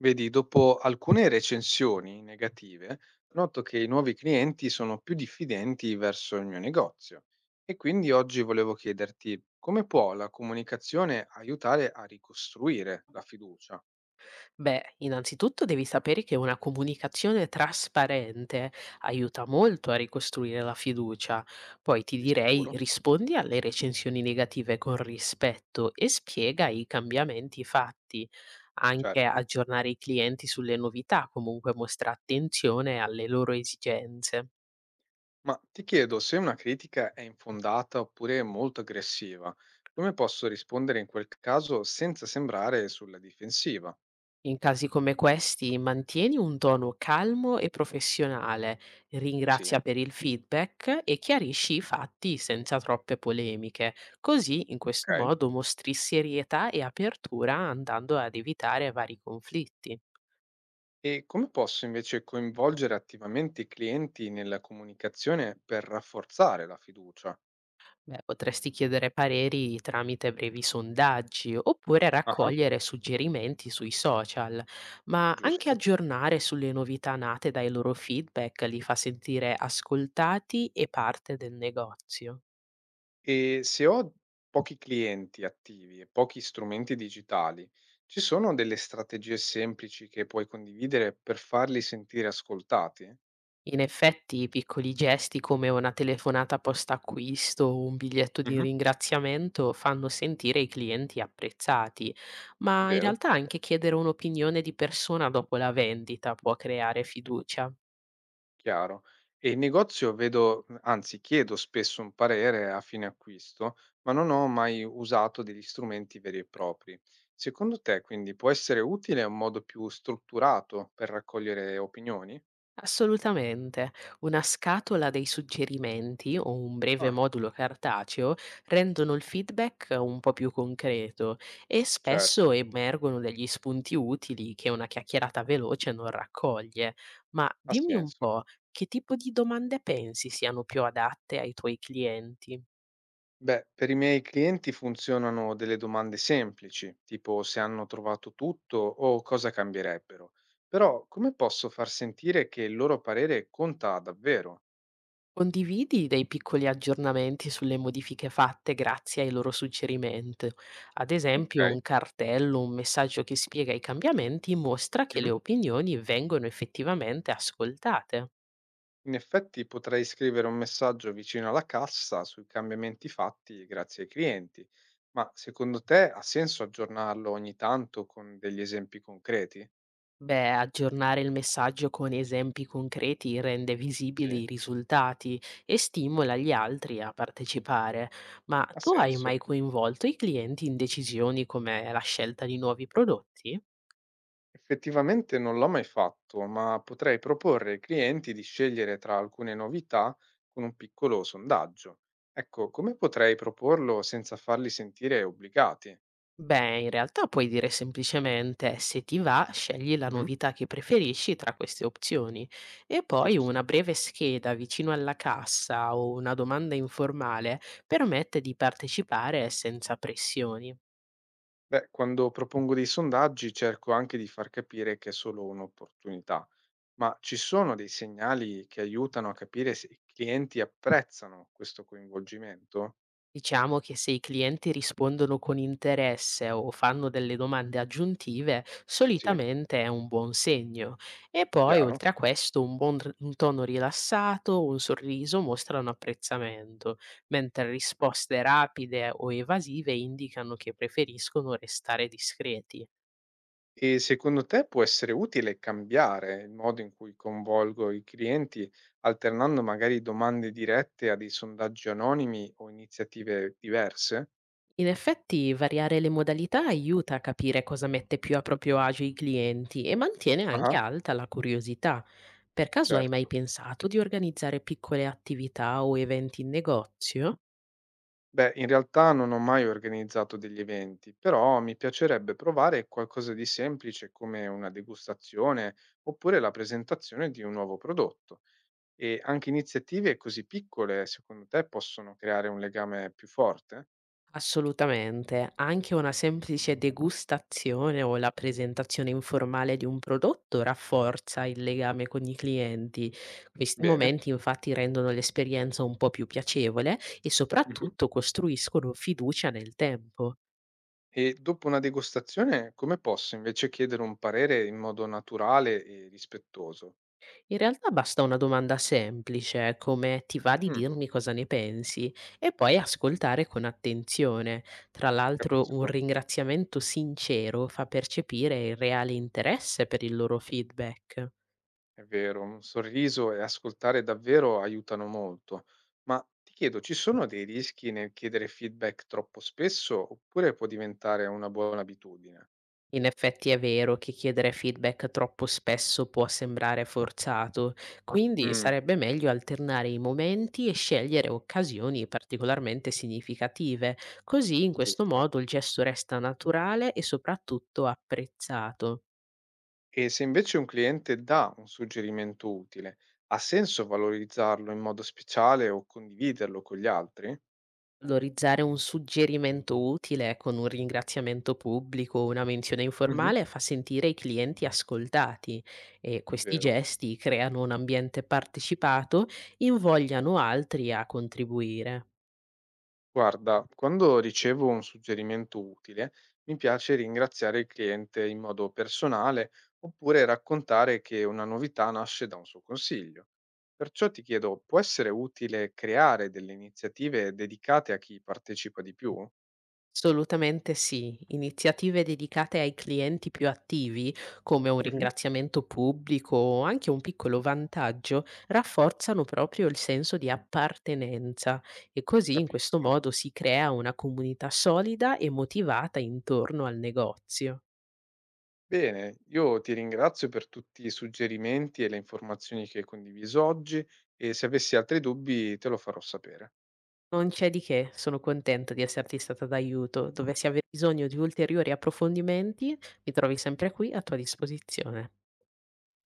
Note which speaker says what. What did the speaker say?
Speaker 1: Vedi, dopo alcune recensioni negative, noto che i nuovi clienti sono più diffidenti verso il mio negozio e quindi oggi volevo chiederti come può la comunicazione aiutare a ricostruire la fiducia?
Speaker 2: Beh, innanzitutto devi sapere che una comunicazione trasparente aiuta molto a ricostruire la fiducia. Poi ti
Speaker 1: Di
Speaker 2: direi
Speaker 1: sicuro,
Speaker 2: rispondi alle recensioni negative con rispetto e spiega i cambiamenti fatti. Anche
Speaker 1: certo.
Speaker 2: aggiornare i clienti sulle novità, comunque mostra attenzione alle loro esigenze.
Speaker 1: Ma ti chiedo se una critica è infondata oppure molto aggressiva, come posso rispondere in quel caso senza sembrare sulla difensiva?
Speaker 2: In casi come questi, mantieni un tono calmo e professionale,
Speaker 1: Sì,
Speaker 2: ringrazia per il feedback e chiarisci i fatti senza troppe polemiche. Così, in questo
Speaker 1: ok.
Speaker 2: modo, mostri serietà e apertura andando ad evitare vari conflitti.
Speaker 1: E come posso invece coinvolgere attivamente i clienti nella comunicazione per rafforzare la fiducia?
Speaker 2: Beh, potresti chiedere pareri tramite brevi sondaggi oppure
Speaker 1: Ah,
Speaker 2: raccogliere suggerimenti sui social, ma anche
Speaker 1: giusto.
Speaker 2: aggiornare sulle novità nate dai loro feedback li fa sentire ascoltati e parte del negozio.
Speaker 1: E se ho pochi clienti attivi e pochi strumenti digitali, ci sono delle strategie semplici che puoi condividere per farli sentire ascoltati?
Speaker 2: In effetti, i piccoli gesti come una telefonata post-acquisto o un biglietto di
Speaker 1: Mhm.
Speaker 2: ringraziamento fanno sentire i clienti apprezzati, ma in
Speaker 1: Vero?
Speaker 2: realtà anche chiedere un'opinione di persona dopo la vendita può creare fiducia.
Speaker 1: Chiaro. E in negozio vedo, anzi chiedo spesso un parere a fine acquisto, ma non ho mai usato degli strumenti veri e propri. Secondo te, quindi, può essere utile un modo più strutturato per raccogliere opinioni?
Speaker 2: Assolutamente. Una scatola dei suggerimenti o un breve
Speaker 1: Ah,
Speaker 2: modulo cartaceo rendono il feedback un po' più concreto e spesso
Speaker 1: certo,
Speaker 2: emergono degli spunti utili che una chiacchierata veloce non raccoglie. Ma
Speaker 1: ha
Speaker 2: dimmi un
Speaker 1: senso.
Speaker 2: po', che tipo di domande pensi siano più adatte ai tuoi clienti?
Speaker 1: Beh, per i miei clienti funzionano delle domande semplici, tipo se hanno trovato tutto o cosa cambierebbero. Però come posso far sentire che il loro parere conta davvero?
Speaker 2: Condividi dei piccoli aggiornamenti sulle modifiche fatte grazie ai loro suggerimenti. Ad esempio,
Speaker 1: Ok.
Speaker 2: un cartello, un messaggio che spiega i cambiamenti mostra che le opinioni vengono effettivamente ascoltate.
Speaker 1: In effetti potrei scrivere un messaggio vicino alla cassa sui cambiamenti fatti grazie ai clienti, ma secondo te ha senso aggiornarlo ogni tanto con degli esempi concreti?
Speaker 2: Beh, aggiornare il messaggio con esempi concreti rende
Speaker 1: Sì,
Speaker 2: visibili i risultati e stimola gli altri a partecipare. Ma
Speaker 1: ha
Speaker 2: tu hai
Speaker 1: senso.
Speaker 2: mai coinvolto i clienti in decisioni come la scelta di nuovi prodotti?
Speaker 1: Effettivamente non l'ho mai fatto, ma potrei proporre ai clienti di scegliere tra alcune novità con un piccolo sondaggio. Ecco, come potrei proporlo senza farli sentire obbligati?
Speaker 2: Beh, in realtà puoi dire semplicemente se ti va, scegli la
Speaker 1: Mhm,
Speaker 2: novità che preferisci tra queste opzioni e poi
Speaker 1: giusto.
Speaker 2: una breve scheda vicino alla cassa o una domanda informale permette di partecipare senza pressioni.
Speaker 1: Beh, quando propongo dei sondaggi cerco anche di far capire che è solo un'opportunità, ma ci sono dei segnali che aiutano a capire se i clienti apprezzano questo coinvolgimento?
Speaker 2: Diciamo che se i clienti rispondono con interesse o fanno delle domande aggiuntive,
Speaker 1: Sì,
Speaker 2: solitamente è un buon segno. E poi,
Speaker 1: chiaro.
Speaker 2: oltre a questo, un tono rilassato, un sorriso mostrano apprezzamento, mentre risposte rapide o evasive indicano che preferiscono restare discreti.
Speaker 1: E secondo te può essere utile cambiare il modo in cui coinvolgo i clienti, alternando magari domande dirette a dei sondaggi anonimi o iniziative diverse?
Speaker 2: In effetti variare le modalità aiuta a capire cosa mette più a proprio agio i clienti e mantiene anche
Speaker 1: Ah,
Speaker 2: alta la curiosità. Per caso hai mai
Speaker 1: certo.
Speaker 2: pensato di organizzare piccole attività o eventi in negozio?
Speaker 1: Beh, in realtà non ho mai organizzato degli eventi, però mi piacerebbe provare qualcosa di semplice come una degustazione oppure la presentazione di un nuovo prodotto. E anche iniziative così piccole, secondo te, possono creare un legame più forte?
Speaker 2: Assolutamente, anche una semplice degustazione o la presentazione informale di un prodotto rafforza il legame con i clienti. Questi
Speaker 1: Bene.
Speaker 2: momenti infatti rendono l'esperienza un po' più piacevole e
Speaker 1: Mhm.
Speaker 2: soprattutto costruiscono fiducia nel tempo.
Speaker 1: E dopo una degustazione, come posso invece chiedere un parere in modo naturale e rispettoso?
Speaker 2: In realtà basta una domanda semplice, come "ti va di
Speaker 1: Mm,
Speaker 2: dirmi cosa ne pensi?" E poi ascoltare con attenzione. Tra l'altro un
Speaker 1: capisco.
Speaker 2: ringraziamento sincero fa percepire il reale interesse per il loro feedback.
Speaker 1: È vero, un sorriso e ascoltare davvero aiutano molto. Ma ti chiedo, ci sono dei rischi nel chiedere feedback troppo spesso oppure può diventare una buona abitudine?
Speaker 2: In effetti è vero che chiedere feedback troppo spesso può sembrare forzato, quindi
Speaker 1: Mm,
Speaker 2: sarebbe meglio alternare i momenti e scegliere occasioni particolarmente significative, così in questo
Speaker 1: giusto.
Speaker 2: modo il gesto resta naturale e soprattutto apprezzato.
Speaker 1: E se invece un cliente dà un suggerimento utile, ha senso valorizzarlo in modo speciale o condividerlo con gli altri?
Speaker 2: Valorizzare un suggerimento utile con un ringraziamento pubblico o una menzione
Speaker 1: Mhm.
Speaker 2: informale fa sentire i clienti ascoltati e
Speaker 1: È
Speaker 2: questi
Speaker 1: vero.
Speaker 2: gesti creano un ambiente partecipato, invogliano altri a contribuire.
Speaker 1: Guarda, quando ricevo un suggerimento utile, mi piace ringraziare il cliente in modo personale oppure raccontare che una novità nasce da un suo consiglio. Perciò ti chiedo, può essere utile creare delle iniziative dedicate a chi partecipa di più?
Speaker 2: Assolutamente sì. Iniziative dedicate ai clienti più attivi, come un
Speaker 1: Mhm,
Speaker 2: ringraziamento pubblico o anche un piccolo vantaggio, rafforzano proprio il senso di appartenenza e così in questo
Speaker 1: capisco.
Speaker 2: modo si crea una comunità solida e motivata intorno al negozio.
Speaker 1: Bene, io ti ringrazio per tutti i suggerimenti e le informazioni che hai condiviso oggi e se avessi altri dubbi te lo farò sapere.
Speaker 2: Non c'è di che, sono contenta di esserti stata d'aiuto. Dovessi aver bisogno di ulteriori approfondimenti, mi trovi sempre qui a tua disposizione.